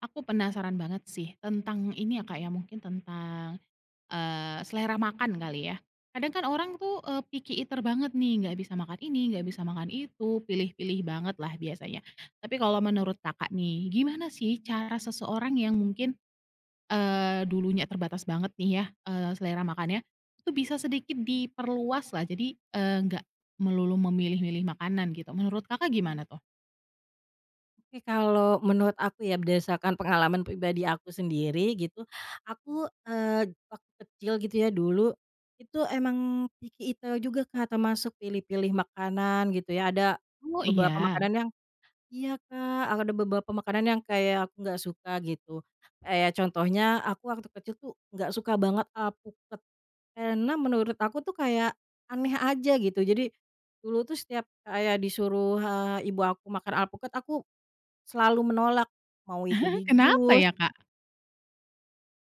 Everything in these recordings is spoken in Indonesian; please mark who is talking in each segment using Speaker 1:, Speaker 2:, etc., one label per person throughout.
Speaker 1: Aku penasaran banget sih tentang ini ya, Kak, ya, mungkin tentang, selera makan kali ya. Kadang kan orang tuh, picky eater banget nih, nggak bisa makan ini, nggak bisa makan itu, pilih-pilih banget lah biasanya. Tapi kalau menurut Kakak nih, gimana sih cara seseorang yang mungkin, dulunya terbatas banget nih ya, selera makannya, itu bisa sedikit diperluas lah, jadi, nggak melulu memilih-milih makanan gitu, menurut Kakak gimana tuh?
Speaker 2: Tapi kalau menurut aku ya berdasarkan pengalaman pribadi aku sendiri gitu, aku, waktu kecil gitu ya dulu, itu emang picky eater juga Kak, termasuk pilih-pilih makanan gitu ya. Ada
Speaker 1: Oh
Speaker 2: beberapa
Speaker 1: iya?
Speaker 2: makanan yang iya Kak, ada beberapa makanan yang kayak aku nggak suka gitu. Kayak contohnya aku waktu kecil tuh nggak suka banget alpukat, karena menurut aku tuh kayak aneh aja gitu. Jadi dulu tuh setiap kayak disuruh, ibu aku makan alpukat, aku selalu menolak, mau itu di
Speaker 1: Kenapa
Speaker 2: jus.
Speaker 1: ya, Kak?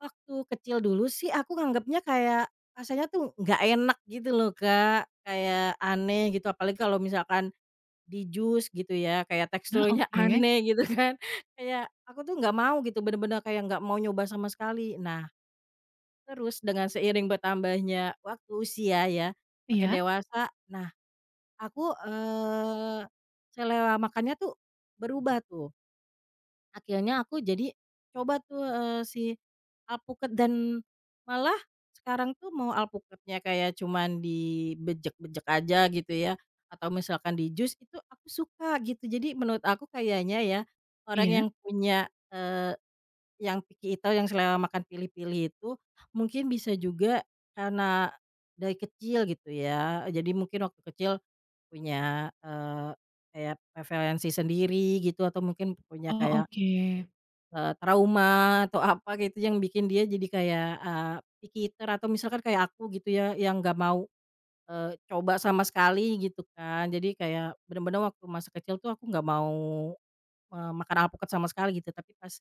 Speaker 2: Waktu kecil dulu sih aku nganggapnya kayak rasanya tuh nggak enak gitu loh, Kak, kayak aneh gitu apalagi kalau misalkan di jus gitu ya, kayak
Speaker 1: Ah,
Speaker 2: teksturnya
Speaker 1: oke.
Speaker 2: aneh gitu kan. Kayak aku tuh nggak mau gitu, bener-bener kayak nggak mau nyoba sama sekali. Nah, terus dengan seiring bertambahnya waktu usia ya, makin
Speaker 1: Iya.
Speaker 2: dewasa, nah aku, selera makannya tuh berubah tuh. Akhirnya aku jadi coba tuh, si alpukat dan malah sekarang tuh mau alpukatnya kayak cuman dibejek-bejek aja gitu ya, atau misalkan di jus itu aku suka gitu. Jadi menurut aku kayaknya ya, orang
Speaker 1: Iya?
Speaker 2: yang punya, eee, yang picky itu yang selera makan pilih-pilih itu mungkin bisa juga karena dari kecil gitu ya, jadi mungkin waktu kecil punya, kayak preferensi sendiri gitu atau mungkin punya
Speaker 1: Oh,
Speaker 2: kayak
Speaker 1: oke.
Speaker 2: Trauma atau apa gitu yang bikin dia jadi kayak, picky eater atau misalkan kayak aku gitu ya yang nggak mau, coba sama sekali gitu kan. Jadi kayak bener-bener waktu masa kecil tuh aku nggak mau, makan alpukat sama sekali gitu, tapi pas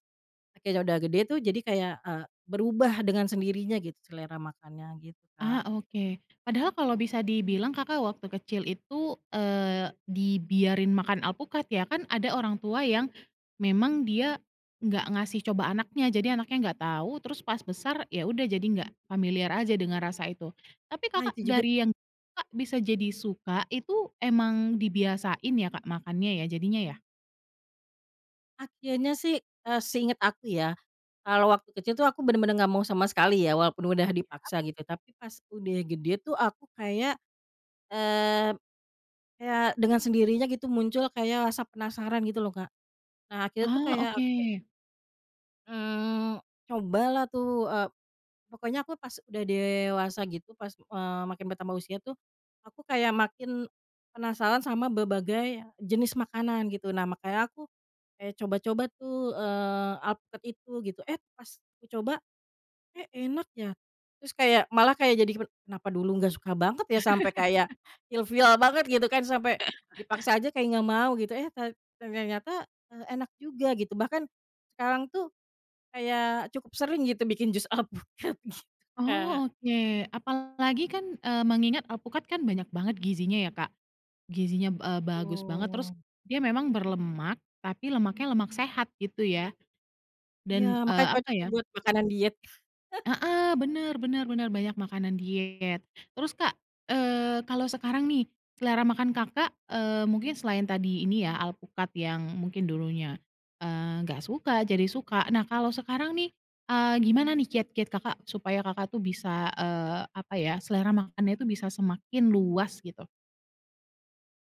Speaker 2: akhirnya udah gede tuh jadi kayak, berubah dengan sendirinya gitu selera makannya gitu,
Speaker 1: Ah,
Speaker 2: Kak.
Speaker 1: oke. Padahal kalau bisa dibilang Kakak waktu kecil itu, eee, dibiarin makan alpukat ya, kan ada orang tua yang memang dia nggak ngasih coba anaknya, jadi anaknya nggak tahu, terus pas besar, ya udah jadi nggak familiar aja dengan rasa itu. Tapi
Speaker 2: Ah,
Speaker 1: Kakak
Speaker 2: itu juga
Speaker 1: dari yang suka bisa jadi suka, itu emang dibiasain ya Kak makannya ya jadinya ya?
Speaker 2: akhirnya sih, seinget aku ya kalau waktu kecil tuh aku bener-bener nggak mau sama sekali ya walaupun udah
Speaker 1: Iya.
Speaker 2: dipaksa gitu, tapi pas udah gede tuh aku kayak, eh, kayak dengan sendirinya gitu muncul kayak rasa penasaran gitu loh, Kak. Nah akhirnya tuh
Speaker 1: Oh,
Speaker 2: kayak,
Speaker 1: oke.
Speaker 2: mmm, cobalah tuh, pokoknya aku pas udah dewasa gitu pas, makin bertambah usia tuh, aku kayak makin penasaran sama berbagai jenis makanan gitu. Nah makanya aku kayak coba-coba tuh, alpukat itu gitu, eh pas aku coba eh, enak ya? Terus kayak malah kayak jadi kenapa dulu nggak suka banget ya sampai kayak ilfeel banget gitu kan, sampai dipaksa aja kayak nggak mau gitu, eh te ternyata, enak juga gitu. Bahkan sekarang tuh kayak cukup sering gitu bikin jus alpukat gitu, Kak.
Speaker 1: Oh, oke. Apalagi kan, mengingat alpukat kan banyak banget gizinya ya Kak. Gizinya, bagus banget, terus
Speaker 2: Oh.
Speaker 1: dia memang berlemak, tapi lemaknya lemak sehat gitu ya,
Speaker 2: Iya,
Speaker 1: dan,
Speaker 2: makanya
Speaker 1: apa
Speaker 2: cocok
Speaker 1: ya
Speaker 2: tuh buat makanan diet.
Speaker 1: heeh, bener bener bener, banyak makanan diet. Terus Kak, kalau sekarang nih, selera makan Kakak, mungkin selain tadi ini ya, alpukat yang mungkin dulunya, nggak suka jadi suka. Nah, kalau sekarang nih, gimana nih kiat-kiat Kakak supaya Kakak tuh bisa, apa ya, selera makannya itu bisa semakin luas gitu?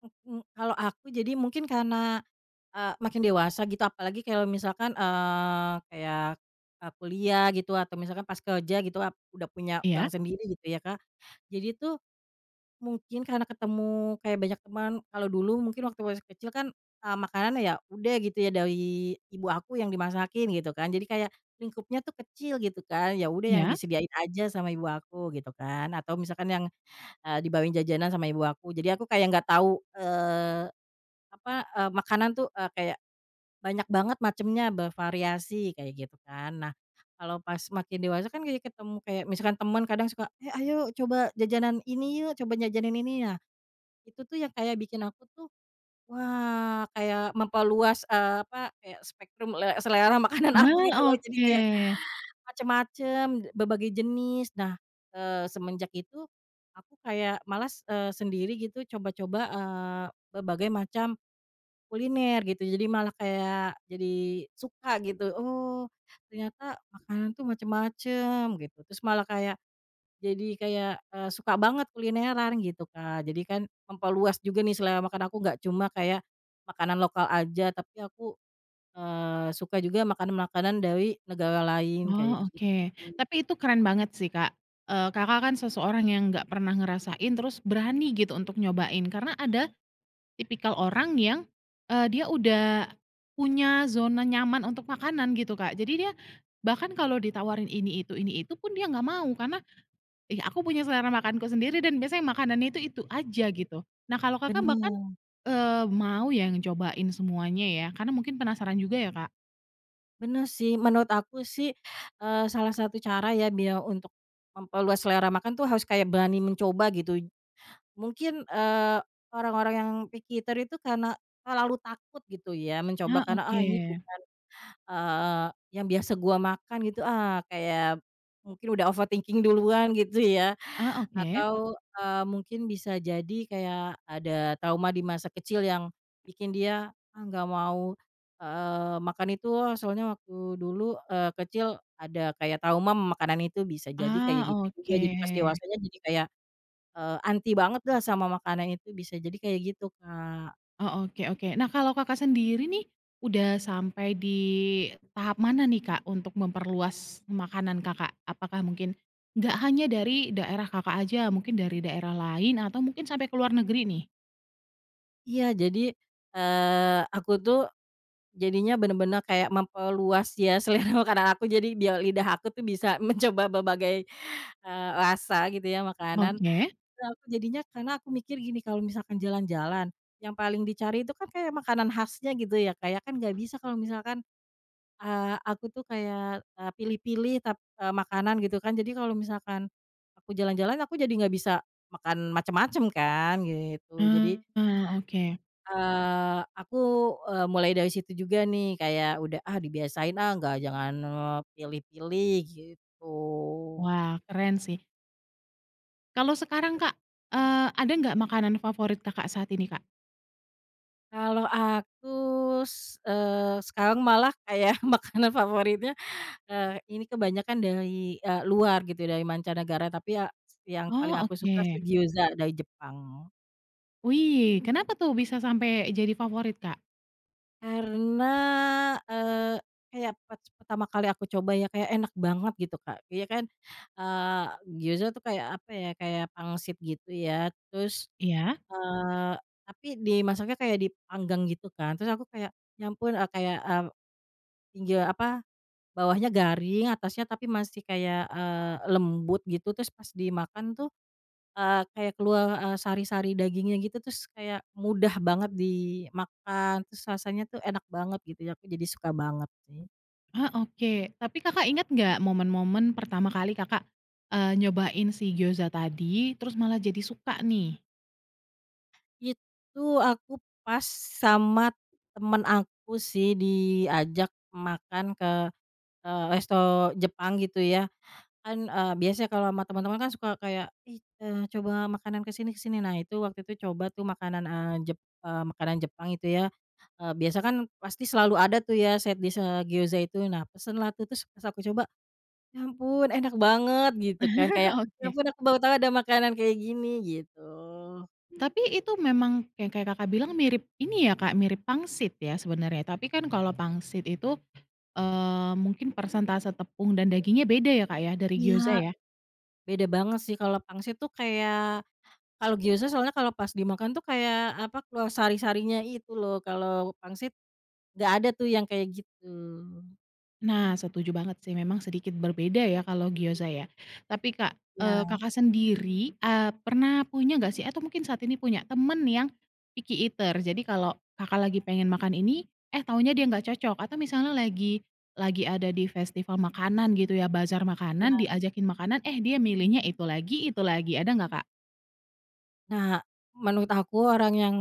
Speaker 2: Mhm, kalau aku jadi mungkin karena makin dewasa gitu apalagi kalau misalkan, kayak, kuliah gitu atau misalkan pas kerja gitu udah punya uang
Speaker 1: Iya
Speaker 2: sendiri gitu ya Kak, jadi tuh mungkin karena ketemu kayak banyak teman kalau dulu mungkin waktu masih kecil kan, makanan ya udah gitu ya dari ibu aku yang dimasakin gitu kan jadi kayak lingkupnya tuh kecil gitu kan ya udah yang
Speaker 1: iya?
Speaker 2: disediain aja sama ibu aku gitu kan atau misalkan yang, dibawain jajanan sama ibu aku jadi aku kayak nggak tahu, apa, makanan tuh, kayak banyak banget macemnya, bervariasi kayak gitu kan. Nah, kalau pas makin dewasa kan kayak ketemu kayak misalkan teman kadang suka, "Eh, ayo coba jajanan ini yuk, coba jajanin ini." Nah, itu tuh yang kayak bikin aku tuh, wah kayak memperluas, apa, kayak spektrum selera makanan aku gitu
Speaker 1: Ah,
Speaker 2: loh. Jadi
Speaker 1: oke.
Speaker 2: kayak macem-macem, berbagai jenis. Nah, semenjak itu aku kayak malas, sendiri gitu coba-coba, berbagai macam kuliner gitu, jadi malah kayak jadi suka gitu, oh ternyata makanan tuh macem-macem gitu, terus malah kayak jadi kayak, suka banget kulineran gitu, Kak. Jadi kan memperluas juga nih selera makan aku nggak cuma kayak makanan lokal aja, tapi aku, suka juga makanan-makanan dari negara lain kayak
Speaker 1: Oh,
Speaker 2: gitu.
Speaker 1: oke. Tapi itu keren banget sih, Kak. Kakak kan seseorang yang nggak pernah ngerasain, terus berani gitu untuk nyobain. Karena ada tipikal orang yang, dia udah punya zona nyaman untuk makanan gitu, Kak. Jadi dia bahkan kalau ditawarin ini itu pun dia nggak mau, karena, "Ih, aku punya selera makanku sendiri dan biasanya makanannya itu aja," gitu. Nah, kalau Kakak bahkan,
Speaker 2: Bener
Speaker 1: mau ya ngecobain semuanya ya, karena mungkin penasaran juga ya, Kak?
Speaker 2: bener sih, menurut aku sih, salah satu cara ya biar untuk memperluas selera makan tuh harus kayak berani mencoba gitu. Mungkin, orang-orang yang picky eater itu karena terlalu takut gitu ya mencoba
Speaker 1: Ah,
Speaker 2: karena, "Ah,
Speaker 1: oke.
Speaker 2: ini bukan, eee, yang biasa gua makan," gitu, ah, kayak mungkin udah overthinking duluan gitu ya,
Speaker 1: Ah, oke.
Speaker 2: atau, mungkin bisa jadi kayak ada trauma di masa kecil yang bikin dia, "Ah, nggak mau, eee, makan itu ah, soalnya waktu dulu, eee, kecil ada kayak trauma makanan itu," bisa jadi kayak
Speaker 1: Ah,
Speaker 2: gitu juga. Jadi pas
Speaker 1: oke.
Speaker 2: dewasanya jadi kayak anti banget lah sama makanan itu bisa jadi kayak gitu, Kak.
Speaker 1: Oh, oke oke. Nah, kalau Kakak sendiri nih, udah sampai di tahap mana nih, Kak, untuk memperluas makanan Kakak? Apakah mungkin nggak hanya dari daerah Kakak aja, mungkin dari daerah lain atau mungkin sampai ke luar negeri nih?
Speaker 2: Iya jadi, aku tuh jadinya bener-bener kayak memperluas ya selera makanan aku jadi biar lidah aku tuh bisa mencoba berbagai, rasa gitu ya makanan.
Speaker 1: Oke.
Speaker 2: Nah aku jadinya karena aku mikir gini kalau misalkan jalan-jalan, yang paling dicari itu kan kayak makanan khasnya gitu ya. Kayak kan nggak bisa kalau misalkan aku tuh kayak, pilih-pilih makanan gitu kan. Jadi kalau misalkan aku jalan-jalan aku jadi nggak bisa makan macem-macem kan gitu. Jadi,
Speaker 1: Ah oke.
Speaker 2: aku, mulai dari situ juga nih kayak udah, ah, dibiasain ah nggak jangan, pilih-pilih gitu.
Speaker 1: Wah, keren sih. Kalau sekarang, Kak, ada nggak makanan favorit Kakak saat ini, Kak?
Speaker 2: Kalau aku s sekarang malah kayak makanan favoritnya, ini kebanyakan dari, luar gitu, dari mancanegara, tapi ya yang paling
Speaker 1: Oh,
Speaker 2: aku
Speaker 1: oke.
Speaker 2: suka sih gyoza dari Jepang.
Speaker 1: Wih, kenapa tuh bisa sampai jadi favorit, Kak?
Speaker 2: Karena, eee, kayak pas pertama kali aku coba ya kayak enak banget gitu, Kak. Iya kan, eee, gyoza tuh kayak apa ya, kayak pangsit gitu ya, terus,
Speaker 1: Iya.
Speaker 2: eee, tapi dimasaknya kayak dipanggang gitu kan, terus aku kayak, nyampun kayak, tinggi apa bawahnya garing, atasnya tapi masih kayak, lembut gitu, terus pas dimakan tuh, kayak keluar, sari-sari dagingnya gitu, terus kayak mudah banget dimakan, terus rasanya tuh enak banget gitu ya, aku jadi suka banget sih.
Speaker 1: Ah, oke. Tapi Kakak ingat nggak momen-momen pertama kali Kakak, nyobain si gyoza tadi, terus malah jadi suka nih?
Speaker 2: Itu aku pas sama temen aku sih diajak makan ke, resto Jepang gitu ya. Kan, biasanya kalau sama teman-teman kan suka kayak, "Ih, eee, coba makanan ke sini ke sini." Nah, itu waktu itu coba tuh makanan, makanan Jepang itu ya, biasa kan pasti selalu ada tuh ya side dish, gyoza itu. Nah, pesenlah tuh, terus pas aku coba, "Ya ampun enak banget," gitu kan, kayak, "Ya
Speaker 1: Oke.
Speaker 2: ampun aku baru tahu ada makanan kayak gini," gitu.
Speaker 1: Tapi itu memang kayak kayak Kakak bilang mirip ini ya Kak, mirip pangsit ya sebenarnya. Tapi kan kalau pangsit itu, mungkin persentase tepung dan dagingnya beda ya Kak ya, dari
Speaker 2: Iya,
Speaker 1: gyoza ya?
Speaker 2: beda banget sih kalau pangsit tuh kayak kalau gyoza soalnya kalau pas dimakan tuh kayak, apa, keluar sari-sarinya itu loh, kalau pangsit nggak ada tuh yang kayak gitu.
Speaker 1: Nah, setuju banget sih, memang sedikit berbeda ya kalau gyoza ya. Tapi Kak,
Speaker 2: Iya
Speaker 1: Kakak sendiri, pernah punya nggak sih atau mungkin saat ini punya temen yang picky eater? Jadi kalau Kakak lagi pengen makan ini, eh taunya dia nggak cocok atau misalnya lagi ada di festival makanan gitu ya, bazar
Speaker 2: iya.
Speaker 1: makanan, diajakin makanan, eh dia milihnya itu lagi, ada nggak Kak?
Speaker 2: Nah, menurut aku orang yang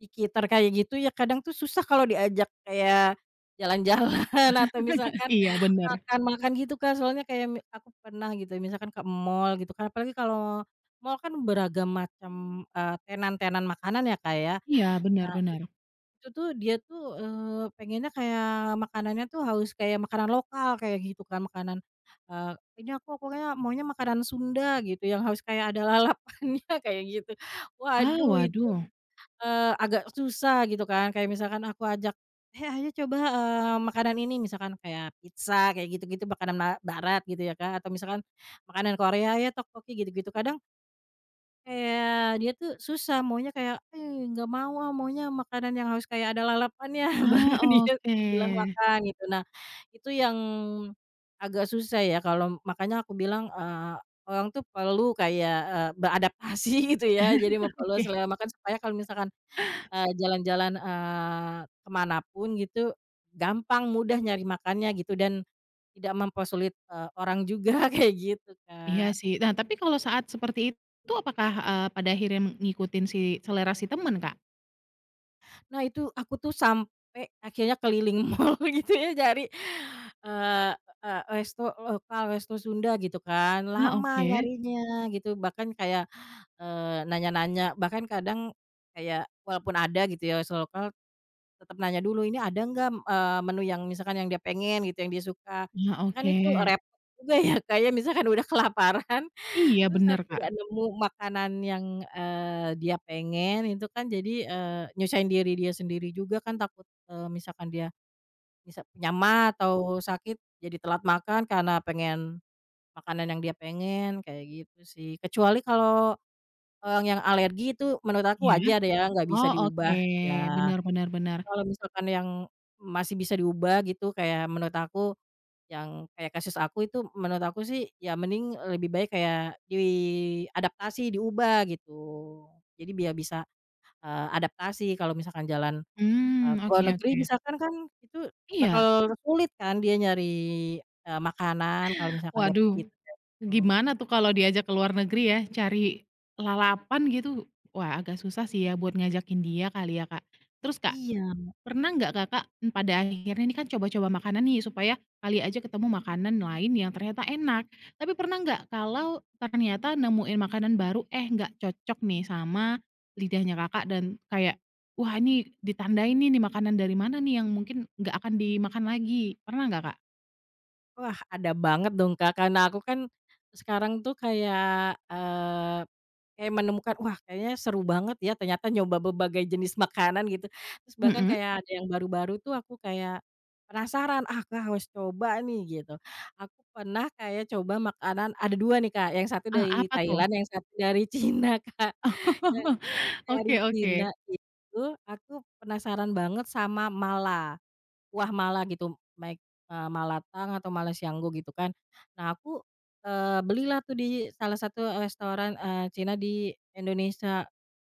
Speaker 2: pikitan kayak gitu ya kadang tuh susah kalau diajak kayak jalan-jalan atau misalkan
Speaker 1: Iya bener.
Speaker 2: makan-makan gitu, kan, soalnya kayak aku pernah gitu misalkan ke mall gitu kan, apalagi kalau mall kan beragam macam, tenan-tenan makanan ya, kayak.
Speaker 1: Iya, bener
Speaker 2: Nah
Speaker 1: bener.
Speaker 2: itu tuh dia tuh, pengennya kayak makanannya tuh harus kayak makanan lokal kayak gitu kan, makanan, eee, ini aku pokoknya maunya makanan Sunda gitu yang harus kayak ada lalapannya kayak gitu.
Speaker 1: Ah,
Speaker 2: Waduh itu,
Speaker 1: waduh.
Speaker 2: agak susah gitu kan, kayak misalkan aku ajak, "Eh, ayo coba, eee, makanan ini," misalkan kayak pizza kayak gitu-gitu makanan barat gitu ya, Kak, atau misalkan makanan Korea ya, tteokbokki gitu-gitu. Kadang kayak dia tuh susah maunya kayak, "Eh, nggak mau ah, maunya makanan yang harus kayak ada lalapannya,"
Speaker 1: Ah,
Speaker 2: baru dia
Speaker 1: oke.
Speaker 2: bilang makan gitu. Nah, itu yang agak susah ya kalau makanya aku bilang, orang tuh perlu kayak, beradaptasi gitu ya, jadi perlu
Speaker 1: Oke.
Speaker 2: selera makan supaya kalau misalkan, jalan-jalan, ke pun gitu, gampang mudah nyari makannya gitu dan tidak mempersulit, orang juga kayak gitu,
Speaker 1: Iya
Speaker 2: Kak.
Speaker 1: sih. Nah, tapi kalau saat seperti itu apakah, pada akhirnya ngikutin si selera si temen, Kak?
Speaker 2: Nah itu aku tuh sampai akhirnya keliling mall gitu ya cari, eee eee, resto lokal, resto Sunda gitu kan,
Speaker 1: Ah,
Speaker 2: lama
Speaker 1: oke
Speaker 2: nyarinya gitu, bahkan kayak, nanya-nanya, bahkan kadang kayak walaupun ada gitu ya resto lokal, tetap nanya dulu, "Ini ada nggak, eee, menu yang misalkan yang dia pengen gitu, yang dia suka?"
Speaker 1: ah,
Speaker 2: Ya kan
Speaker 1: oke.
Speaker 2: itu repot juga ya kayak misalkan udah kelaparan
Speaker 1: Iya,
Speaker 2: terus
Speaker 1: bener,
Speaker 2: tapi
Speaker 1: Kak.
Speaker 2: nggak nemu makanan yang, dia pengen itu kan jadi, nyusahin diri dia sendiri juga kan takut, misalkan dia bisa punya mah atau sakit jadi telat makan karena pengen makanan yang dia pengen, kayak gitu sih. Kecuali kalau orang yang alergi itu menurut aku
Speaker 1: Iya.
Speaker 2: wajar ya, nggak bisa
Speaker 1: Oh, oke.
Speaker 2: diubah, ya.
Speaker 1: Bener bener bener.
Speaker 2: Kalau misalkan yang masih bisa diubah gitu kayak menurut aku yang kayak kasus aku itu menurut aku sih ya mending lebih baik kayak diadaptasi, diubah gitu. Jadi biar bisa, adaptasi kalau misalkan jalan,
Speaker 1: Mmm,
Speaker 2: ke luar
Speaker 1: oke
Speaker 2: negeri
Speaker 1: oke.
Speaker 2: misalkan kan itu
Speaker 1: Iya.
Speaker 2: bakal sulit kan dia nyari, makanan kalau misalkan dia pergi
Speaker 1: Waduh,
Speaker 2: kayak gitu.
Speaker 1: gimana tuh kalau diajak ke luar negeri ya, cari lalapan gitu, wah agak susah sih ya buat ngajakin dia kali ya, Kak. Terus, Kak,
Speaker 2: Iya,
Speaker 1: Pernah nggak Kakak, mmm, pada akhirnya ini kan coba-coba makanan nih supaya kali aja ketemu makanan lain yang ternyata enak. Tapi pernah nggak kalau ternyata nemuin makanan baru, eh, nggak cocok nih sama lidahnya Kakak dan kayak, "Wah ini ditandain nih, ini makanan dari mana nih yang mungkin nggak akan dimakan lagi." Pernah nggak, Kak?
Speaker 2: wah ada banget dong Kak, karena aku kan sekarang tuh kayak, kayak menemukan, wah kayaknya seru banget ya ternyata nyoba berbagai jenis makanan gitu. Terus bahkan
Speaker 1: Mhm.
Speaker 2: kayak ada yang baru-baru tuh aku kayak penasaran, "Ah, aku harus coba nih," gitu. Aku pernah kayak coba makanan ada 2 nih, Kak, yang satu
Speaker 1: Ah,
Speaker 2: dari
Speaker 1: apa tuh?
Speaker 2: Thailand, yang satu dari Cina, Kak. Yang dari
Speaker 1: Oke oke.
Speaker 2: Cina itu aku penasaran banget sama mala. Kuah mala gitu, baik, malatang atau malasianggo gitu kan. Nah aku, belilah tuh di salah satu restoran, Cina di Indonesia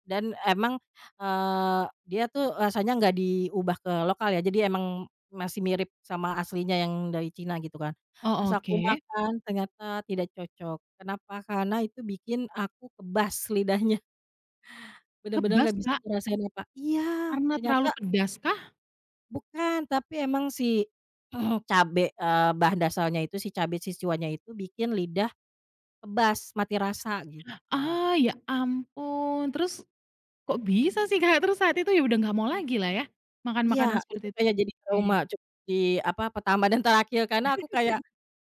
Speaker 2: dan emang, eee, dia tuh rasanya nggak diubah ke lokal ya, jadi emang masih mirip sama aslinya yang dari Cina gitu kan. Pas
Speaker 1: Oh,
Speaker 2: aku
Speaker 1: oke.
Speaker 2: makan ternyata tidak cocok, kenapa? Karena itu bikin aku kebas lidahnya, bener-bener
Speaker 1: Kebas,
Speaker 2: nggak bisa
Speaker 1: Kak?
Speaker 2: ngerasain apa iya,
Speaker 1: Karena
Speaker 2: ternyata
Speaker 1: terlalu pedas kah?
Speaker 2: bukan, tapi emang si cabe, bahan dasarnya itu si cabe sichuannya itu bikin lidah kebas, mati rasa gitu, Kak.
Speaker 1: Ah, ya ampun. Terus Kok bisa sih, Kak? Terus saat itu ya udah nggak mau lagi lah ya, makan
Speaker 2: Iya,
Speaker 1: makanan
Speaker 2: itu
Speaker 1: seperti itu?
Speaker 2: kayak jadi
Speaker 1: Oke.
Speaker 2: trauma cu di apa, pertama dan terakhir karena aku kayak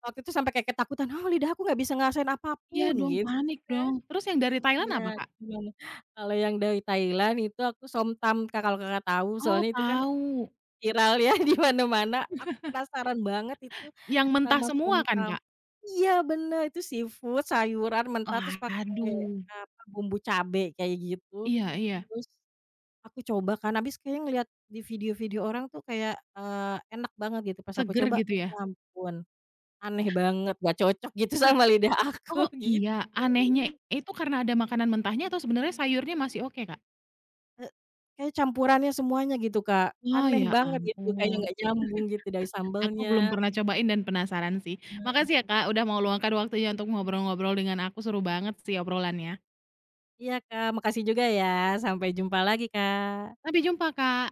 Speaker 2: waktu itu sampai kayak ketakutan, "Oh, lidah aku nggak bisa ngerasain
Speaker 1: Iya
Speaker 2: apapun,"
Speaker 1: dong,
Speaker 2: gitu
Speaker 1: panik
Speaker 2: kan.
Speaker 1: dong. Terus yang dari Thailand
Speaker 2: Iya,
Speaker 1: apa, Kak?
Speaker 2: gimana. Kalau yang dari Thailand itu aku somtam, Kak, kalau Kakak tahu
Speaker 1: Oh,
Speaker 2: soalnya itu kan
Speaker 1: tahu.
Speaker 2: viral ya di mana-mana, aku penasaran banget itu
Speaker 1: Yang mentah
Speaker 2: sama
Speaker 1: semua kan,
Speaker 2: somtam.
Speaker 1: Kak?
Speaker 2: Iya bener, itu seafood, sayuran mentah terus pakai,
Speaker 1: Waduh.
Speaker 2: apa, bumbu cabe kayak gitu.
Speaker 1: Iya iya.
Speaker 2: Terus aku coba kan, habis kayaknya ngeliat di video-video orang tuh kayak, enak banget gitu, pas aku
Speaker 1: Seger
Speaker 2: coba,
Speaker 1: gitu ya?
Speaker 2: ya ampun, aneh banget, nggak cocok gitu
Speaker 1: Ah,
Speaker 2: sama lidah aku,
Speaker 1: oh
Speaker 2: gitu.
Speaker 1: iya, anehnya itu karena ada makanan mentahnya atau sebenarnya sayurnya masih oke, Kak?
Speaker 2: E kayak campurannya semuanya gitu, Kak,
Speaker 1: Oh,
Speaker 2: aneh
Speaker 1: ya
Speaker 2: banget gitu, kayak
Speaker 1: ampun.
Speaker 2: nggak nyambung gitu dari
Speaker 1: Aku
Speaker 2: sambelnya.
Speaker 1: belum pernah cobain dan penasaran sih.
Speaker 2: Nah,
Speaker 1: Makasih ya, Kak, udah mau luangkan waktunya untuk ngobrol-ngobrol dengan aku, seru banget sih obrolannya.
Speaker 2: iya, Kak, makasih juga ya, sampai jumpa lagi, Kak.
Speaker 1: Sampai jumpa, Kak.